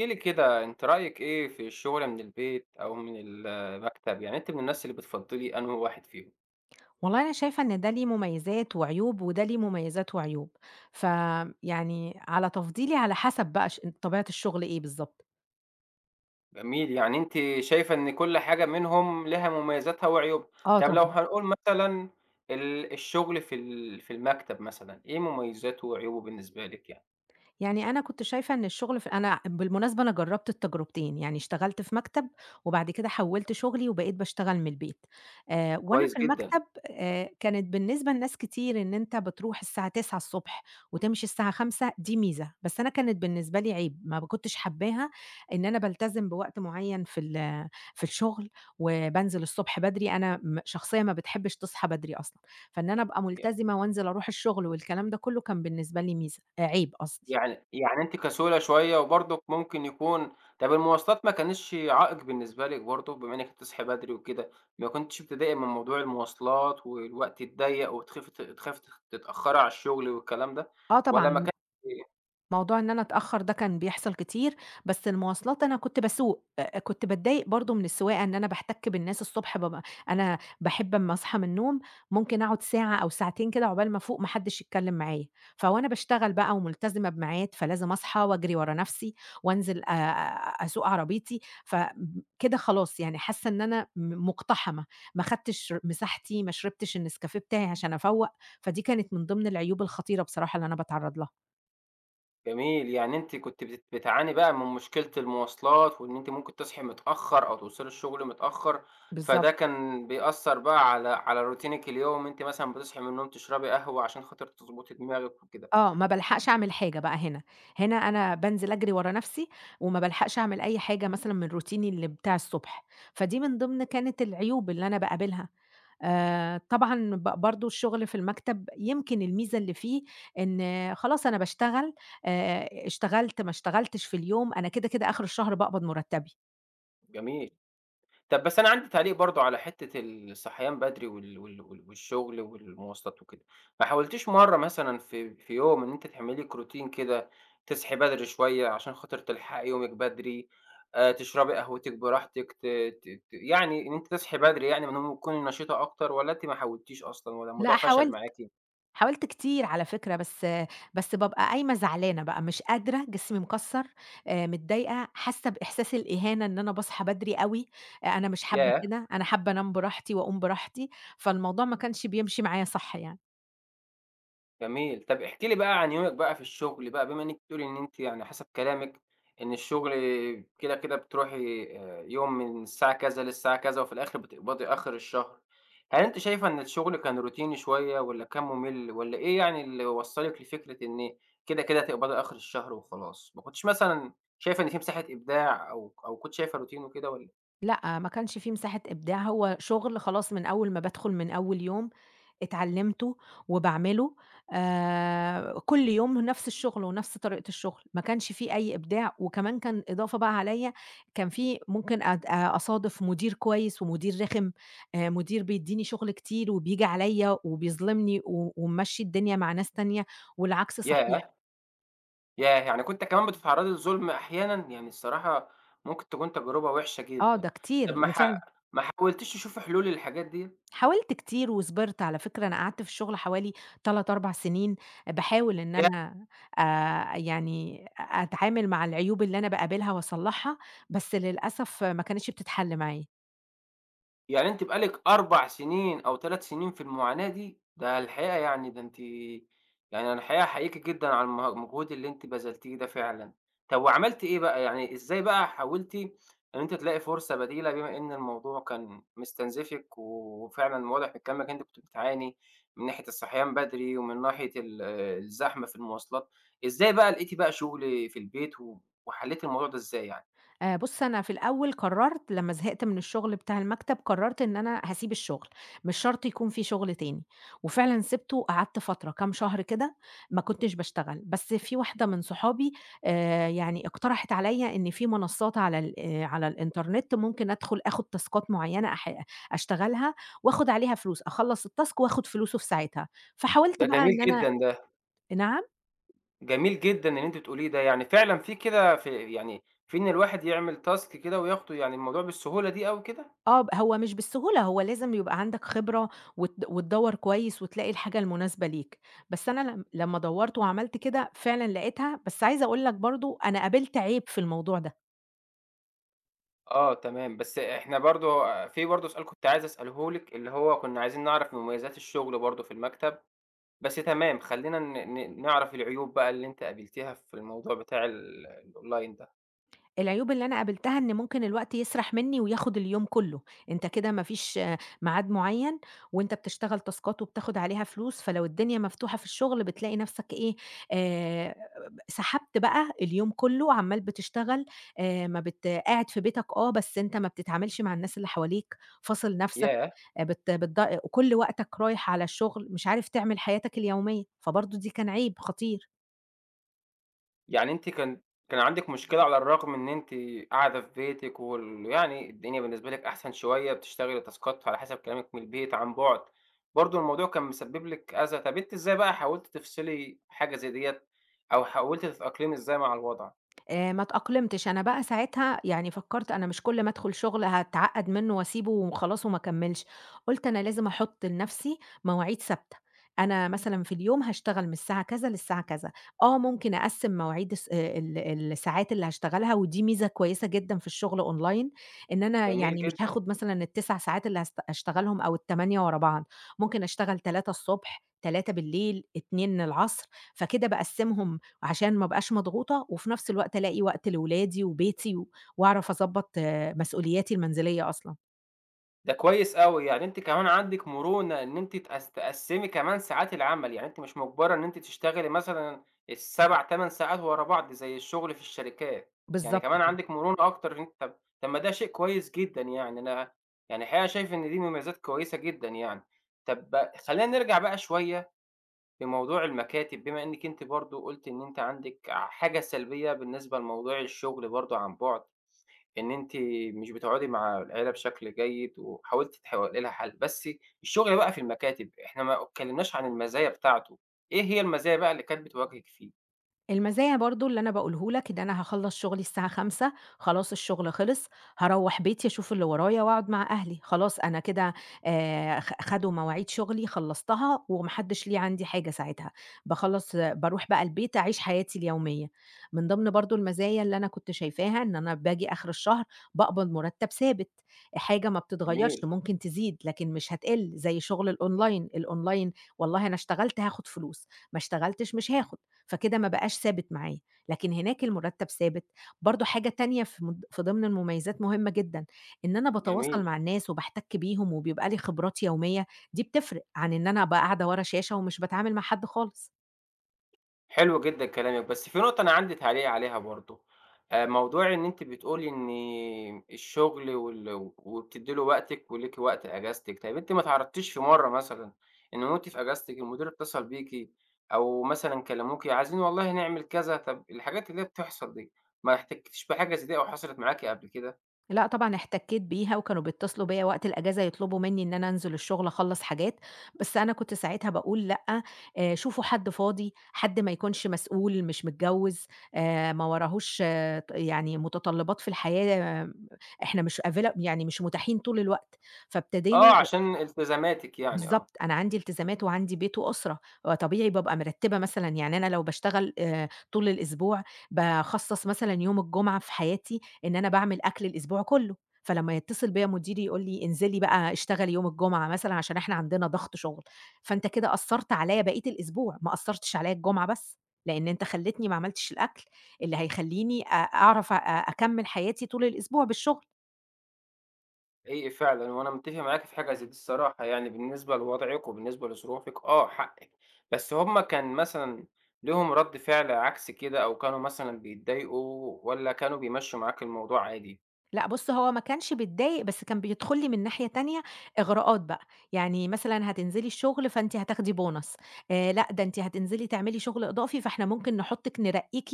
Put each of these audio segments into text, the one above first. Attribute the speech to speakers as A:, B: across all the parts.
A: احكِ لي كده أنتِ رأيِك إيه في الشُغل من البيت أو من المكتب؟ يعني أنتِ من الناس اللي بتفضّلي أنهي واحد فيهم؟
B: والله أنا شايفة إن ده ليه مميزات وعيوب، وده ليه مميزات وعيوب، فيعني على تفضيلي على حسب بقى طبيعة الشغل إيه بالضبط.
A: جميل، يعني أنتِ شايفة إن كل حاجة منهم ليها مميزاتها وعيوبها.
B: آه
A: طَب لو
B: طبعًا.
A: هنقول مثلًا الشُغل في المكتب مثلًا، إيه مميزاته وعيوبه بالنسبة لِك يعني؟
B: يعني أنا كنت شايفة إن الشغل أنا بالمناسبة أنا جرّبت التجربتين، يعني اشتغلت في مكتب وبعد كده حوّلت شغلي وبقيت باشتغل من البيت. وأنا
A: كويس
B: في
A: جدًا. يعني.
B: المكتب كانت بالنسبة لناس كتير إن أنت بتروح الساعة 09:00 وتمشي الساعة 17:00 دي ميزة، بس أنا كانت بالنسبة لي عيب، ما كنتش حاباها إن أنا بالتزم بوقت معيّن في الشغل وبانزل الصبح بدري، أنا شخصية ما بتحبش تصحى بدري أصلًا، فإن أنا أبقى ملتزمة وأنزل أروح الشغل والكلام ده كُلّه كان بالنسبة لي ميزة عيب قصدي.
A: يعني أنتِ كسولة شوية وبرضُك ممكن يكون. طَب المواصلات ما كانتش عائق بالنسبة لِك برضه بما إنِّك بتصحي بدري وكده، ما كنتيش بتضايقي من موضوع المواصلات والوقت الضيّق وتخافي ت تخافي تخ تتأخّري على الشغل والكلام ده،
B: آه
A: والّا ما
B: طبعًا،
A: كان.
B: موضوع إن أنا أتأخّر ده كان بيحصل كتير، بس المواصلات أنا كنت باسوق، كنت باتضايق برضه من السواقة إن أنا باحتَك بالناس الصبح بابقى أنا باحب أمّا أصحى من النوم ممكن أقعد ساعة أو ساعتين كده عقبال ما أفوق ما حدّش يتكلّم معايا، فوأنا باشتغل بقى وملتزمة بميعاد فلازم أصحى وأجري ورا نَفْسي وأنزل أسوق عربيتي، فكده خلاص يعني حاسّة إن أنا مُقتحمة، ما خدتش مساحتي، ما شربتش النسكافيه بتاعي عشان أفوّق، فدي كانت من ضمن العيوب الخطيرة بصراحة اللي أنا باتعرّض لها.
A: جميل، يعني أنتِ كنتِ بتعاني بقى من مشكلة المواصلات وإن أنتِ ممكن تصحي متأخّر أو توصلي الشغل متأخّر، فده
B: بالضبط.
A: كان بيأثّر بقى على روتينِك اليومي، أنتِ مثلًا بتصحي من النوم تشربي قهوة عشان خاطر تضبطي دماغِك وكده.
B: آه، ما بالحقش أعمل حاجة بقى هنا، هنا أنا بانزل أجري ورا نفسي، وما بالحقش أعمل أي حاجة مثلًا من روتيني اللي بتاع الصبح، فدي من ضمن كانت العيوب اللي أنا باقابلها. طبعًا برضه الشغل في المكتب يمكن الميزة اللي فيه إن خلاص أنا باشتغل، اشتغلت ما اشتغلتش في اليوم، أنا كده كده آخر الشهر باقبض مرتبي.
A: جميل. طب بس أنا عندي تعليق برضه على حتّة الصحيان بدري والشغل والمواصلات وكده، ما حاولتيش مرّة مثلًا في يوم إن أنتِ تعملي لِك روتين كده، تصحي بدري شوية عشان خاطر تلحقي يومِك بدري، تشربي قهوتِك براحتك، ت ت ت يعني إن أنتِ تصحي بدري يعني من النوم وتكوني نشيطة أكتر، والّا أنتِ ما حاولتيش أصلًا والّا الموضوع
B: لأ
A: فشل
B: حاولت،
A: معاكِ؟
B: حاولت كتير على فكرة، بس بابقى قايمة زعلانة بقى، مش قادرة، جسمي مكسّر، متضايقة، حاسة بإحساس الإهانة إن أنا باصحى بدري أوي، أنا مش حابة
A: ياه!
B: كده، أنا حابة أنام براحتي وأقوم براحتي، فالموضوع ما كانش بيمشي معايا صح يعني.
A: جميل. طب احكي لي بقى عن يومِك بقى في الشغل بقى، بما إنِّك بتقولي إن أنتِ يعني حسب كلامِك إن الشغل كده، كده بتروحي يوم من الساعة كذا للساعة كذا وفي الآخر بتقبضي آخر الشهر. هل أنتِ شايفة إن الشغل كان روتيني شوية والّا كان مُمِل والّا إيه يعني اللي وصّلِك لفكرة إن كده، كده هتقبضي آخر الشهر وخلاص؟ ما كنتيش مثلًا شايفة إن في مساحة إبداع أو أو كنتِ شايفة روتين وكده والّا.
B: لأ، ما كانش في مساحة إبداع، هو شغل خلاص من أول ما بادخل من أول يوم، اتعلّمته وباعمله كل يوم نفس الشغل ونفس طريقة الشغل، ما كانش في أي إبداع وكمان كان إضافة بقى عليَّ كان في ممكن أد أ أصادف مدير كويس ومدير رخم، مدير بيدّيني شغل كتير وبييجي عليَّ وبيظلمني و وممشّي الدنيا مع ناس تانية والعكس صحيح.
A: ياه! ياه! يعني كنت كمان بتتعرّضي للظلم أحيانًا؟ يعني الصراحة ممكن تكون تجربة وِحشة
B: آه،
A: جدًا.
B: ده
A: طب
B: كتير وفعلًا
A: ما حاولتيش تشوفي حلول للحاجات ديّة؟
B: حاولت كتير وصبرت، على فكرة أنا قعدت في الشغل حوالي 3، 4 سنين باحاول إن
A: ياه!
B: أنا يعني أتعامل مع العيوب اللي أنا باقابلها وأصلّحها، بس للأسف ما كانتش بتتحل معايا.
A: يعني أنتِ بقى لِك 4 سنين أو 3 سنين في المعاناة دي، ده الحقيقة يعني ده أنتِ يعني أنا الحقيقة أحييكِ جدًا على المجهود اللي أنتِ بذلتيه ده فعلًا. طب وعملتِ إيه بقى، يعني إزاي بقى حاولتِ إن أنتِ تلاقي فرصة بديلة بما إن الموضوع كان مستنزفِك، وفعلًا واضح من كلامِك إن أنتِ كنتِ بتعاني من ناحية الصحيان بدري، ومن ناحية ال الزحمة في المواصلات، إزاي بقى لقيتِ بقى شغل في البيت، و وحليتِ الموضوع ده إزاي يعني؟
B: بُص، أنا في الأول قرّرت لمّا زهقت من الشغل بتاع المكتب، قرّرت إن أنا هاسيب الشغل، مش شرط يكون في شغل تاني، وفعلًا سِبته وقعدت فترة كام شهر كده ما كنتش باشتغل، بس في واحدة من صحابي يعني اقترحت عليَّ إن في منصات على الإنترنت ممكن أدخل آخد تاسكات معيّنة أشتغلها وآخد عليها فلوس، أخلّص التاسك وآخد فلوسه في ساعتها،
A: ده
B: فحاولت بقى
A: جميل
B: إن أنا.
A: جدًا ده.
B: نعم؟
A: جميل جدًا اللي أنتِ بتقوليه ده، يعني فعلًا في كده في يعني في إن الواحد يعمل task كده وياخده، يعني الموضوع بالسهولة دي أوي كده؟
B: آه، هو مش بالسهولة، هو لازم يبقى عندك خبرة وتدوّر كويس وتلاقي الحاجة المناسبة ليك، بس أنا لم لمّا دوّرت وعملت كده فعلًا لقيتها، بس عايزة أقول لك برضه أنا قابلت عيب في الموضوع ده.
A: آه تمام، بس إحنا برضه في برضه سؤال كنت عايز أسأله لِك، اللي هو كنا عايزين نعرف مميزات الشغل برضه في المكتب، بس تمام خلّينا ن ن نعرف العيوب بقى اللي أنتِ قابلتيها في الموضوع بتاع الonline ده.
B: العيوب اللي أنا قابلتها إن ممكن الوقت يسرح منّي وياخد اليوم كلّه، أنت كده ما فيش ميعاد معيّن وأنت بتشتغل تاسكات وبتاخد عليها فلوس، فلو الدنيا مفتوحة في الشغل بتلاقي نَفْسك إيه، آآ سحبت بقى اليوم كلّه عمّال بتشتغل، ما قاعد في بيتك آه، بس أنت ما بتتعاملش مع الناس اللي حواليك، فاصل نَفْسك،
A: ياه!
B: بت بتض كل وقتك رايح على الشغل، مش عارف تعمل حياتك اليومية، فبرضه دي كان عيب خطير.
A: يعني أنتِ كان كان عندِك مشكلة على الرغم إن أنتِ قاعدة في بيتِك، وال يعني الدنيا بالنسبة لِك أحسن شوية، بتشتغلي تاسكات على حسب كلامِك من البيت عن بُعد، برضه الموضوع كان مسبب لِك أذى، طب أنتِ إزاي بقى حاولتِ تفصلي حاجة زي ديّة أو حاولتِ تتأقلمي إزاي مع الوضع؟
B: ما اتأقلمتش، أنا بقى ساعتها يعني فكّرت أنا مش كل ما أدخل شغل هاتعقّد منّه واسيبه وخلاص وما اكمّلش، قُلت أنا لازم أحُط لنَفْسي مواعيد ثابتة، أنا مثلًا في اليوم هاشتغل من الساعة كذا للساعة كذا، آه ممكن أقسّم مواعيد الساعات اللي هاشتغلها ودي ميزة كويسة جدًا في الشغل أونلاين، إن أنا
A: جميل
B: يعني مش
A: جدًا.
B: هاخُد مثلًا ال9 ساعات اللي هاشتغلهم أو ال8 ورا بعض، ممكن أشتغل 3 الصبح، 3 بالليل، 2 العصر، فكده باقسّمهم عشان ما ابقاش مضغوطة، وفي نفس الوقت ألاقي وقت لولادي وبيتي و وأعرف أضبّط مسؤولياتي المنزلية أصلًا.
A: ده كويس أوي، يعني أنتِ كمان عندِك مرونة إن أنتِ تقسّمي كمان ساعات العمل، يعني أنتِ مش مُجبرة إن أنتِ تشتغلي مثلًا ال7، 8 ساعات ورا بعض زي الشغل في الشركات، يعني
B: بالضبط
A: كمان
B: كده.
A: عندِك مرونة أكتر إن أنتِ. طب طب ما ده شيء كويس جدًا يعني، أنا يعني الحقيقة شايف إن دي مميزات كويسة جدًا يعني. طب بقى- خلّينا نرجع بقى شوية لموضوع المكاتب، بما إنِّك أنتِ برضه قُلتِ إن أنتِ عندِك حاجة سلبية بالنسبة لموضوع الشغل برضه عن بُعد. إن أنتِ مش بتقعدي مع العيلة بشكل جيد، وحاولتِ تحاولي لها حل، بس الشغل بقى في المكاتب، إحنا ما اتكلمناش عن المزايا بتاعته، إيه هي المزايا بقى اللي كانت بتواجهِك فيه؟
B: المزايا برضه اللي أنا باقوله لك، إن أنا هاخلّص شغلي الساعة 17:00 خلاص الشغل خلص، هاروّح بيتي أشوف اللي ورايا وأقعد مع أهلي، خلاص أنا كده خ خدوا مواعيد شغلي خلّصتها وما حدّش ليه عندي حاجة ساعتها، باخلّص باروح بقى البيت أعيش حياتي اليومية. من ضمن برضه المزايا اللي أنا كنت شايفاها، إن أنا باجي آخر الشهر باقبض مرتّب ثابت، حاجة ما بتتغيّرش
A: جميل.
B: ممكن تزيد لكن مش هتقِل زي شغل الأونلاين. الأونلاين والله أنا اشتغلت هاخد فلوس، ما اشتغلتش مش هاخد. فكده ما بقاش ثابت معاه، لكن هناك المرتب ثابت. برضه حاجة تانية في ضمن المميزات مهمة جدًا، إن أنا
A: جميل.
B: باتواصل مع الناس وباحتك بيهم وبيبقى لي خبرات يومية، دي بتفرق عن إن أنا أبقى قاعدة ورا شاشة ومش باتعامل مع حد خالص.
A: حلو جدًا كلامِك، بس في نقطة أنا عندي تعليق عليها برضه، موضوع إن أنتِ بتقولي إن الشغل وال وبتدّي له وقتِك وليكِ وقت أجازتِك، طيب أنتِ ما اتعرضتيش في مرّة مثلًا إن وأنتِ في أجازتِك المدير اتصل بيكِ أو مثلًا كلموكِ عايزين والله نعمل كذا، طب الحاجات اللي هي بتحصل دي، ما احتكتيش بحاجة زي دي أو حصلت معاكِ قبل كده؟
B: لأ طبعًا احتكيت بيها، وكانوا بيتصلوا بيّا وقت الأجازة يطلبوا منّي إن أنا أنزل الشغل أخلّص حاجات، بس أنا كنت ساعتها باقول لأ، شوفوا حد فاضي، حد ما يكونش مسؤول، مش متجوّز، ما وراهوش يعني متطلبات في الحياة، آه، إحنا مش يعني مش متاحين طول الوقت، فابتدينا.
A: آه، عشان التزاماتِك يعني، آه.
B: بالضبط، أنا عندي التزامات وعندي بيت وأسرة، فطبيعي بابقى مرتّبة مثلًا، يعني أنا لو باشتغل طول الأسبوع، باخصّص مثلًا يوم الجمعة في حياتي إن أنا باعمل أكل الأسبوع كلّه، فلمّا يتصل بيّا مديري يقول لي: "انزلي بقى اشتغلي يوم الجمعة مثلًا عشان إحنا عندنا ضغط شغل". فأنت كده أثّرت عليّا بقية الأسبوع، ما أثّرتش عليّا الجمعة بس، لإن أنت خلّيتني ما عملتش الأكل اللي هيخلّيني أعرف أكمّل حياتي طول الأسبوع بالشغل.
A: حقيقي فعلًا، وأنا متّفق معاكِ في حاجة زي دي الصراحة يعني، بالنسبة لوضعِك وبالنسبة لظروفِك آه حقِّك، بس هُم كان مثلًا ليهم رَد فعل عكس كده أو كانوا مثلًا بيتضايقوا والّا كانوا بيمشّوا معاكِ الموضوع عادي؟
B: لأ بُص، هو ما كانش بيتضايق، بس كان بيدخل لي من ناحية تانية إغراءات بقى، يعني مثلًا هتنزلي الشغل فأنتِ هتاخدي bonus لأ ده أنتِ هتنزلي تعملي شغل إضافي، فإحنا ممكن نحطِك نرقيكِ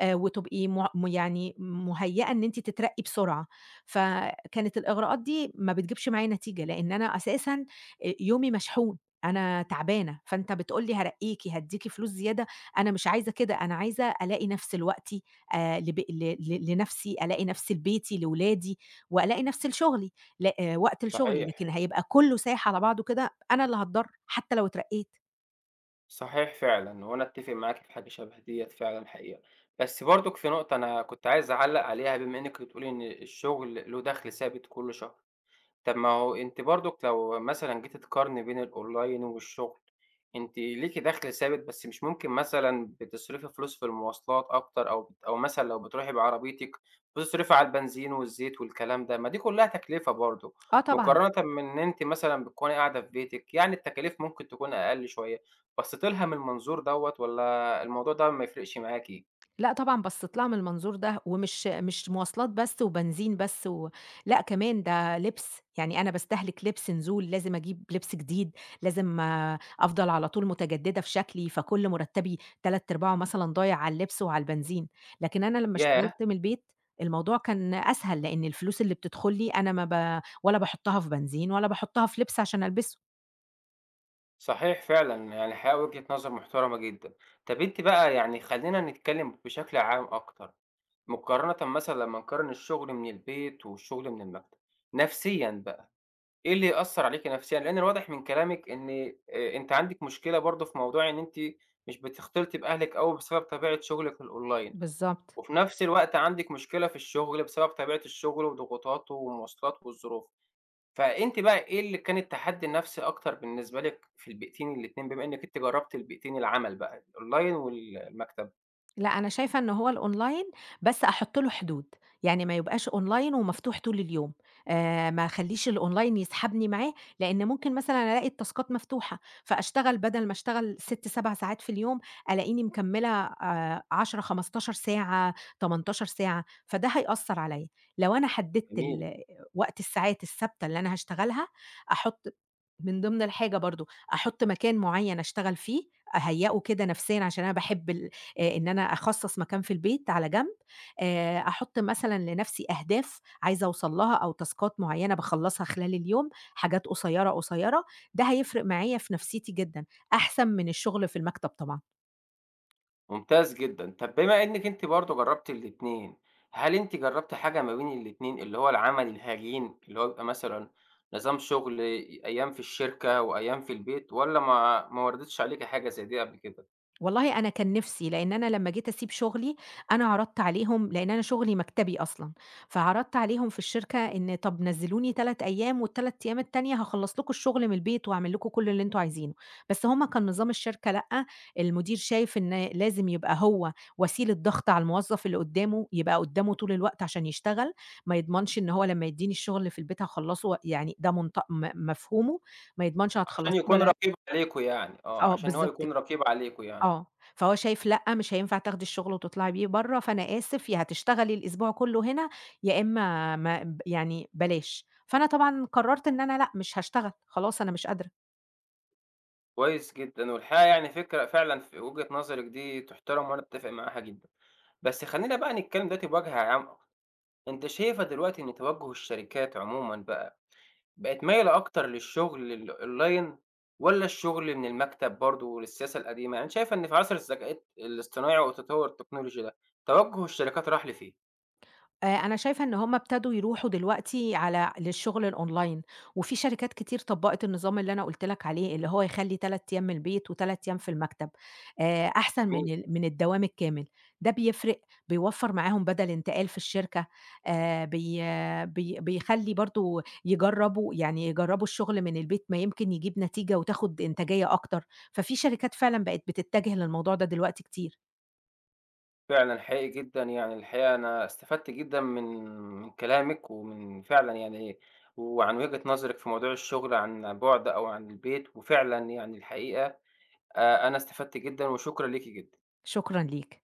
B: وتبقي مع يعني مهيئة إن أنتِ تترقي بسرعة، فكانت الإغراءات دي ما بتجيبش معايا نتيجة، لإن أنا أساسًا يومي مشحون، أنا تعبانة، فأنت بتقول لي هارقيكِ، هادّيكِ فلوس زيادة، أنا مش عايزة كده، أنا عايزة ألاقي نفْسي لوقتي لب ل ل لنَفْسي، ألاقي نَفْسي لبيتي، لولادي، وألاقي نَفْسي لشغلي ل وقت لشغلي، لكن
A: صحيح،
B: هيبقى كُلّه سايح على بعضه كده، أنا اللي هاتضَرّ حتى لو اترقّيت.
A: صحيح فعلًا، وأنا أتّفق معاكِ في حاجة شبه ديّة فعلًا حقيقة، بس برضُك في نقطة أنا كنت عايز أعلّق عليها بما إنِّك بتقولي إن الشغل له دخْل ثابت كل شهر. طب ما هو أنتِ برضُك لو مثلًا جيتِ تقارني بين الأونلاين والشغل، أنتِ ليكِ دخل ثابت، بس مش ممكن مثلًا بتصرفي فلوس في المواصلات أكتر أو أو مثلًا لو بتروحي بعربيتِك بتصرفي على البنزين والزيت والكلام ده، ما دي كلّها تكلفة برضه،
B: آه طبعًا.
A: مقارنةً من إن أنتِ مثلًا بتكوني قاعدة في بيتِك، يعني التكاليف ممكن تكون أقل شوية، بصيتِ لها من المنظور دوّة والّا الموضوع ده ما يفرقش معاكِ؟
B: لأ طبعًا، بصّيت لها من المنظور ده، ومش مش مواصلات بس وبنزين بس و لأ كمان ده لبس، يعني أنا باستهلك لبس، نزول، لازم أجيب لبس جديد، لازم أفضل على طول متجددة في شكلي، فكل مرتبي تلات أرباعه مثلًا ضايع على اللبس وعلى البنزين، لكن أنا لمّا
A: ياه!
B: اشتغلت من البيت الموضوع كان أسهل، لإن الفلوس اللي بتدخل لي أنا ما ولا باحطها في بنزين ولا باحطها في لبس عشان ألبسه.
A: صحيح فعلًا، يعني الحقيقة وجهة نظر محترمة جدًا. طب أنتِ بقى يعني خلّينا نتكلم بشكل عام أكتر، مقارنةً مثلًا لمّا نقارن الشغل من البيت والشغل من المكتب، نفسيًا بقى، إيه اللي يأثّر عليكِ نفسيًا؟ لإن الواضح من كلامِك إن أنتِ عندِك مشكلة برضه في موضوع إن أنتِ مش بتختلطي بأهلِك أوي بسبب طبيعة شغلِك الأونلاين،
B: بالضبط.
A: وفي نفس الوقت عندِك مشكلة في الشغل بسبب طبيعة الشغل وضغوطاته والمواصلات والظروف. فأنتِ بقى إيه اللي كان التحدي النفسي أكتر بالنسبة لِك في البيئتين الاتنين، بما إنِّك أنتِ جرّبتِ البيئتين العمل بقى الأونلاين والمكتب؟
B: لأ، أنا شايفة إن هو الأونلاين بس أحُط له حدود، يعني ما يبقاش أونلاين ومفتوح طول اليوم، ما أخلّيش الأونلاين يسحبني معاه، لإن ممكن مثلًا ألاقي التاسكات مفتوحة، فأشتغل بدل ما أشتغل 6، 7 ساعات في اليوم، ألاقيني مكمّلة 10، 15 ساعة، 18 ساعة، فده هيأثّر عليّا. لو أنا حدّدت
A: جميل،
B: وقت الساعات الثابتة اللي أنا هاشتغلها، أحُط من ضمن الحاجة برضه، أحُط مكان معيّن أشتغل فيه، أهيّئه كده نفسيًا عشان أنا باحب ال إن أنا أخصّص مكان في البيت على جنب، أحُط مثلًا لنفسي أهداف عايزة أوصل لها أو تاسكات معيّنة باخلّصها خلال اليوم، حاجات قصيّرة، قصيّرة، ده هيفرق معايا في نفسيتي جدًا، أحسن من الشغل في المكتب طبعًا.
A: ممتاز جدًا. طب بما إنِّك أنتِ برضه جرّبتِ الاتنين، هل أنتِ جرّبتِ حاجة ما بين الاتنين، اللي هو العمل الهجين، اللي هو بيبقى مثلًا نظام شغل أيام في الشركة وأيام في البيت، والّا ما وردتش عليكِ حاجة زي دي قبل كده؟
B: والله أنا كان نِفْسي، لإن أنا لمّا جيت أسيب شُغلي، أنا عرضت عليهم لإن أنا شُغلي مكتبي أصلًا، فعرضت عليهم في الشركة إن طَب نزّلوني 3 أيام وال3 أيام التانية هاخلّص لكم الشُغل من البيت وأعمل لكم كل اللي أنتم عايزينه، بس هم كان نظام الشركة لأ، المدير شايف إن لازم يبقى هو وسيلة ضغط على الموظف اللي قُدّامه، يبقى قُدّامه طول الوقت عشان يشتغل، ما يضمنش إن هو لمّا يدّيني الشُغل اللي في البيت هاخلّصه و يعني ده منط م مفهومه، ما يضمنش
A: عشان
B: هتخلّصيه
A: يكون
B: والّا لأ.
A: رقيب عليكم يعني، آه،
B: آه،
A: عشان هو
B: بالضبط
A: يكون
B: كده.
A: رقيب عليكم يعني.
B: آه، فهو شايف لأ، مش هينفع تاخدي الشغل وتطلعي بيه برّه، فأنا آسف، يا هتشتغلي الأسبوع كلّه هنا، يا إمّا ما يعني بلاش. فأنا طبعًا قررت إن أنا لأ، مش هاشتغل، خلاص أنا مش قادرة.
A: كويس جدًا، والحقيقة يعني فكرة فعلًا وجهة نظرِك دي تُحترم وأنا أتّفق معاها جدًا. بس خلّينا بقى نتكلّم دلوقتي بوجه عام، أنت شايفة دلوقتي إن توجُّه الشركات عمومًا بقى، بقت مايلة أكتر للشغل الأونلاين والّا الشغل من المكتب برضه والسياسة القديمة؟ يعني أنتِ شايفة إن في عصر الذكاء الاصطناعي والتطوّر التكنولوجي ده، توجُّه الشركات راح لفين؟
B: أنا شايفة إن هم ابتدوا يروحوا دلوقتي للشغل الOnline، وفي شركات كتير طبّقت النظام اللي أنا قُلت لك عليه، اللي هو يخلّي 3 أيام من البيت و3 أيام في المكتب، أحسن من الدوام الكامل، ده بيفرق، بيوفّر معاهم بدل انتقال في الشركة، بي آه، بي بيخلّي برضه يجرّبوا الشغل من البيت ما يمكن يجيب نتيجة وتاخد إنتاجية أكتر، ففي شركات فعلًا بقت بتتجه للموضوع ده دلوقتي كتير.
A: فعلًا حقيقي جدًا، يعني الحقيقة أنا استفدت جدًا من كلامِك، ومن فعلًا يعني وعن وجهة نظرِك في موضوع الشغل عن بُعد أو عن البيت، وفعلًا يعني الحقيقة أنا استفدت جدًا، وشكرًا ليكِ جدًا.
B: شكرًا ليك.